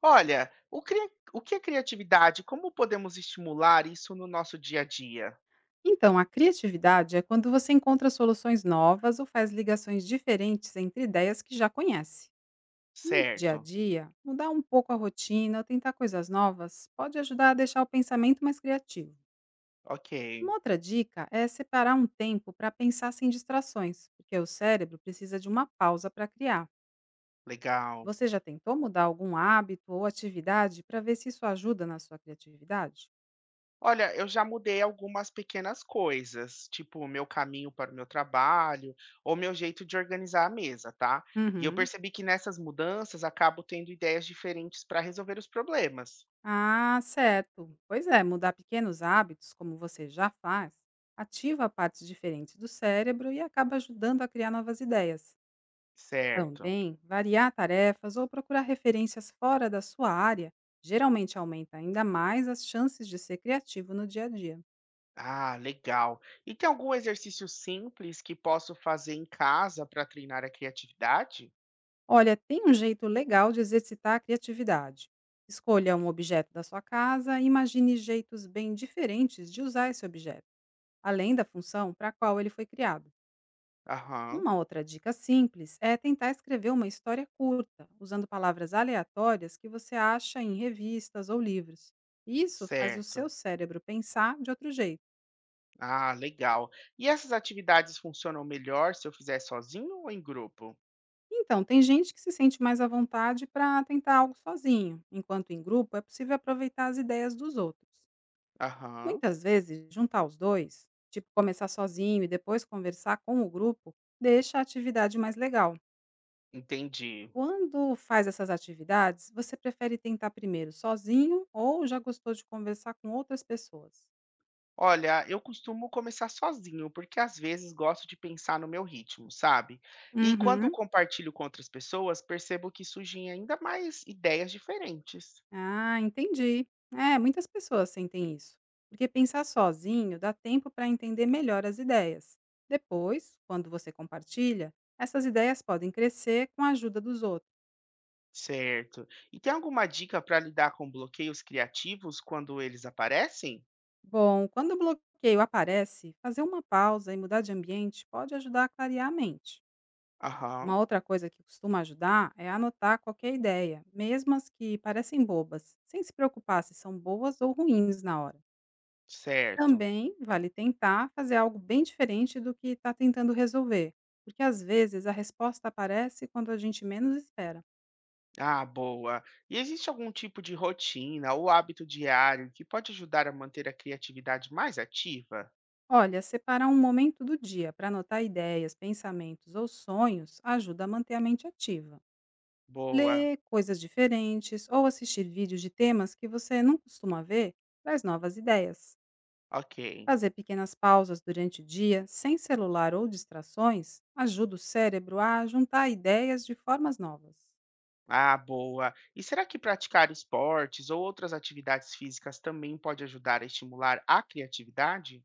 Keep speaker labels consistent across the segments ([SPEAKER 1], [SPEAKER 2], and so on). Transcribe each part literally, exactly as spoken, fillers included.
[SPEAKER 1] Olha, o, cria- o que é criatividade? Como podemos estimular isso no nosso dia a dia?
[SPEAKER 2] Então, a criatividade é quando você encontra soluções novas ou faz ligações diferentes entre ideias que já conhece. No dia a
[SPEAKER 1] Certo.
[SPEAKER 2] dia, mudar um pouco a rotina ou tentar coisas novas pode ajudar a deixar o pensamento mais criativo.
[SPEAKER 1] Ok,
[SPEAKER 2] Uma outra dica é separar um tempo para pensar sem distrações, porque o cérebro precisa de uma pausa para criar.
[SPEAKER 1] legal.
[SPEAKER 2] Você já tentou mudar algum hábito ou atividade para ver se isso ajuda na sua criatividade?
[SPEAKER 1] Olha, eu já mudei algumas pequenas coisas, tipo o meu caminho para o meu trabalho, ou meu jeito de organizar a mesa, tá? E eu
[SPEAKER 2] Uhum.
[SPEAKER 1] percebi que nessas mudanças acabo tendo ideias diferentes para resolver os problemas.
[SPEAKER 2] Ah, certo. Pois é, mudar pequenos hábitos, como você já faz, ativa partes diferentes do cérebro e acaba ajudando a criar novas ideias.
[SPEAKER 1] Certo.
[SPEAKER 2] Também, variar tarefas ou procurar referências fora da sua área geralmente aumenta ainda mais as chances de ser criativo no dia a dia.
[SPEAKER 1] Ah, legal. E tem algum exercício simples que posso fazer em casa para treinar a criatividade?
[SPEAKER 2] Olha, tem um jeito legal de exercitar a criatividade. Escolha um objeto da sua casa e imagine jeitos bem diferentes de usar esse objeto, além da função para a qual ele foi criado.
[SPEAKER 1] Aham.
[SPEAKER 2] Uma outra dica simples é tentar escrever uma história curta, usando palavras aleatórias que você acha em revistas ou livros. Isso faz o seu
[SPEAKER 1] Certo.
[SPEAKER 2] cérebro pensar de outro jeito.
[SPEAKER 1] Ah, legal. E essas atividades funcionam melhor se eu fizer sozinho ou em grupo?
[SPEAKER 2] Então, tem gente que se sente mais à vontade para tentar algo sozinho, enquanto em grupo é possível aproveitar as ideias dos outros.
[SPEAKER 1] Aham,
[SPEAKER 2] Muitas vezes, juntar os dois, tipo começar sozinho e depois conversar com o grupo, deixa a atividade mais legal.
[SPEAKER 1] entendi.
[SPEAKER 2] Quando faz essas atividades, você prefere tentar primeiro sozinho ou já gostou de conversar com outras pessoas?
[SPEAKER 1] Olha, eu costumo começar sozinho, porque às vezes gosto de pensar no meu ritmo, sabe? E quando
[SPEAKER 2] Uhum.
[SPEAKER 1] compartilho com outras pessoas, percebo que surgem ainda mais ideias diferentes.
[SPEAKER 2] Ah, entendi. É, muitas pessoas sentem isso. Porque pensar sozinho dá tempo para entender melhor as ideias. Depois, quando você compartilha, essas ideias podem crescer com a ajuda dos outros.
[SPEAKER 1] Certo. E tem alguma dica para lidar com bloqueios criativos quando eles aparecem?
[SPEAKER 2] Bom, quando o bloqueio aparece, fazer uma pausa e mudar de ambiente pode ajudar a clarear a mente.
[SPEAKER 1] Aham,
[SPEAKER 2] Uma outra coisa que costuma ajudar é anotar qualquer ideia, mesmo as que parecem bobas, sem se preocupar se são boas ou ruins na hora.
[SPEAKER 1] certo.
[SPEAKER 2] Também vale tentar fazer algo bem diferente do que está tentando resolver, porque às vezes a resposta aparece quando a gente menos espera.
[SPEAKER 1] Ah, boa. E existe algum tipo de rotina ou hábito diário que pode ajudar a manter a criatividade mais ativa?
[SPEAKER 2] Olha, separar um momento do dia para anotar ideias, pensamentos ou sonhos ajuda a manter a mente ativa.
[SPEAKER 1] Boa.
[SPEAKER 2] Ler coisas diferentes ou assistir vídeos de temas que você não costuma ver traz novas ideias.
[SPEAKER 1] Ok.
[SPEAKER 2] Fazer pequenas pausas durante o dia, sem celular ou distrações, ajuda o cérebro a juntar ideias de formas novas.
[SPEAKER 1] Ah, boa. E será que praticar esportes ou outras atividades físicas também pode ajudar a estimular a criatividade?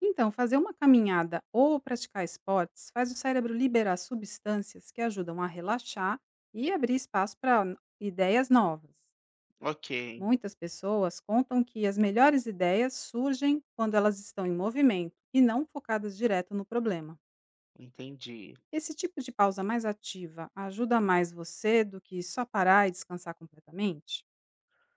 [SPEAKER 2] Então, fazer uma caminhada ou praticar esportes faz o cérebro liberar substâncias que ajudam a relaxar e abrir espaço para ideias novas.
[SPEAKER 1] Ok,
[SPEAKER 2] Muitas pessoas contam que as melhores ideias surgem quando elas estão em movimento e não focadas direto no problema.
[SPEAKER 1] entendi.
[SPEAKER 2] Esse tipo de pausa mais ativa ajuda mais você do que só parar e descansar completamente?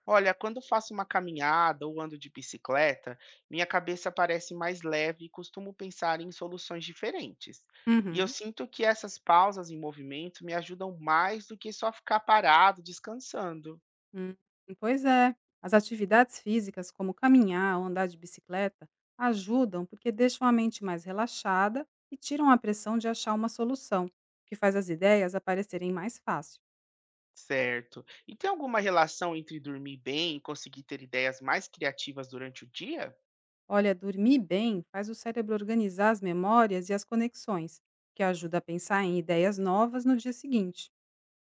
[SPEAKER 1] Olha, quando faço uma caminhada ou ando de bicicleta, minha cabeça parece mais leve e costumo pensar em soluções diferentes. E eu
[SPEAKER 2] Uhum.
[SPEAKER 1] sinto que essas pausas em movimento me ajudam mais do que só ficar parado, descansando.
[SPEAKER 2] Hum, pois é. As atividades físicas, como caminhar ou andar de bicicleta, ajudam porque deixam a mente mais relaxada e tiram a pressão de achar uma solução, o que faz as ideias aparecerem mais fácil.
[SPEAKER 1] Certo. E tem alguma relação entre dormir bem e conseguir ter ideias mais criativas durante o dia?
[SPEAKER 2] Olha, dormir bem faz o cérebro organizar as memórias e as conexões, que ajuda a pensar em ideias novas no dia seguinte.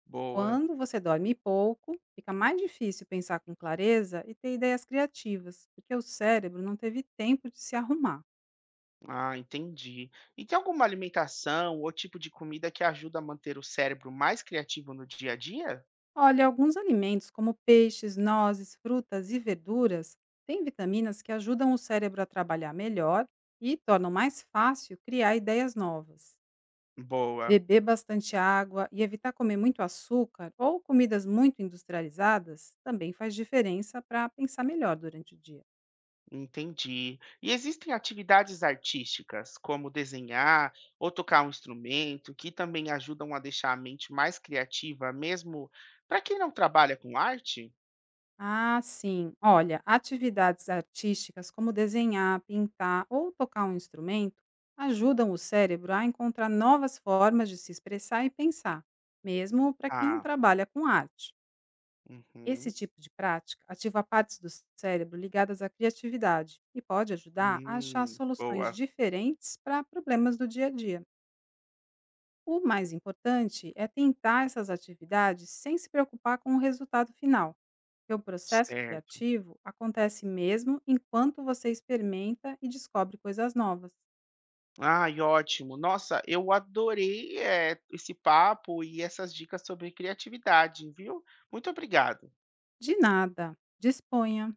[SPEAKER 1] Boa.
[SPEAKER 2] Quando você dorme pouco, fica mais difícil pensar com clareza e ter ideias criativas, porque o cérebro não teve tempo de se arrumar.
[SPEAKER 1] Ah, entendi. E tem alguma alimentação ou tipo de comida que ajuda a manter o cérebro mais criativo no dia a dia?
[SPEAKER 2] Olha, alguns alimentos, como peixes, nozes, frutas e verduras, têm vitaminas que ajudam o cérebro a trabalhar melhor e tornam mais fácil criar ideias novas.
[SPEAKER 1] Boa.
[SPEAKER 2] Beber bastante água e evitar comer muito açúcar ou comidas muito industrializadas também faz diferença para pensar melhor durante o dia.
[SPEAKER 1] Entendi. E existem atividades artísticas, como desenhar ou tocar um instrumento, que também ajudam a deixar a mente mais criativa, mesmo para quem não trabalha com arte?
[SPEAKER 2] Ah, sim. Olha, atividades artísticas como desenhar, pintar ou tocar um instrumento ajudam o cérebro a encontrar novas formas de se expressar e pensar, mesmo para quem não
[SPEAKER 1] Ah,
[SPEAKER 2] trabalha com arte. Esse
[SPEAKER 1] uhum.
[SPEAKER 2] tipo de prática ativa partes do cérebro ligadas à criatividade e pode ajudar a achar
[SPEAKER 1] Hum,
[SPEAKER 2] soluções
[SPEAKER 1] boa.
[SPEAKER 2] diferentes para problemas do dia a dia. O mais importante é tentar essas atividades sem se preocupar com o resultado final, seu processo
[SPEAKER 1] Certo.
[SPEAKER 2] criativo acontece mesmo enquanto você experimenta e descobre coisas novas.
[SPEAKER 1] Ai, ótimo. Nossa, eu adorei, eh, esse papo e essas dicas sobre criatividade, viu? Muito obrigado.
[SPEAKER 2] De nada. Disponha.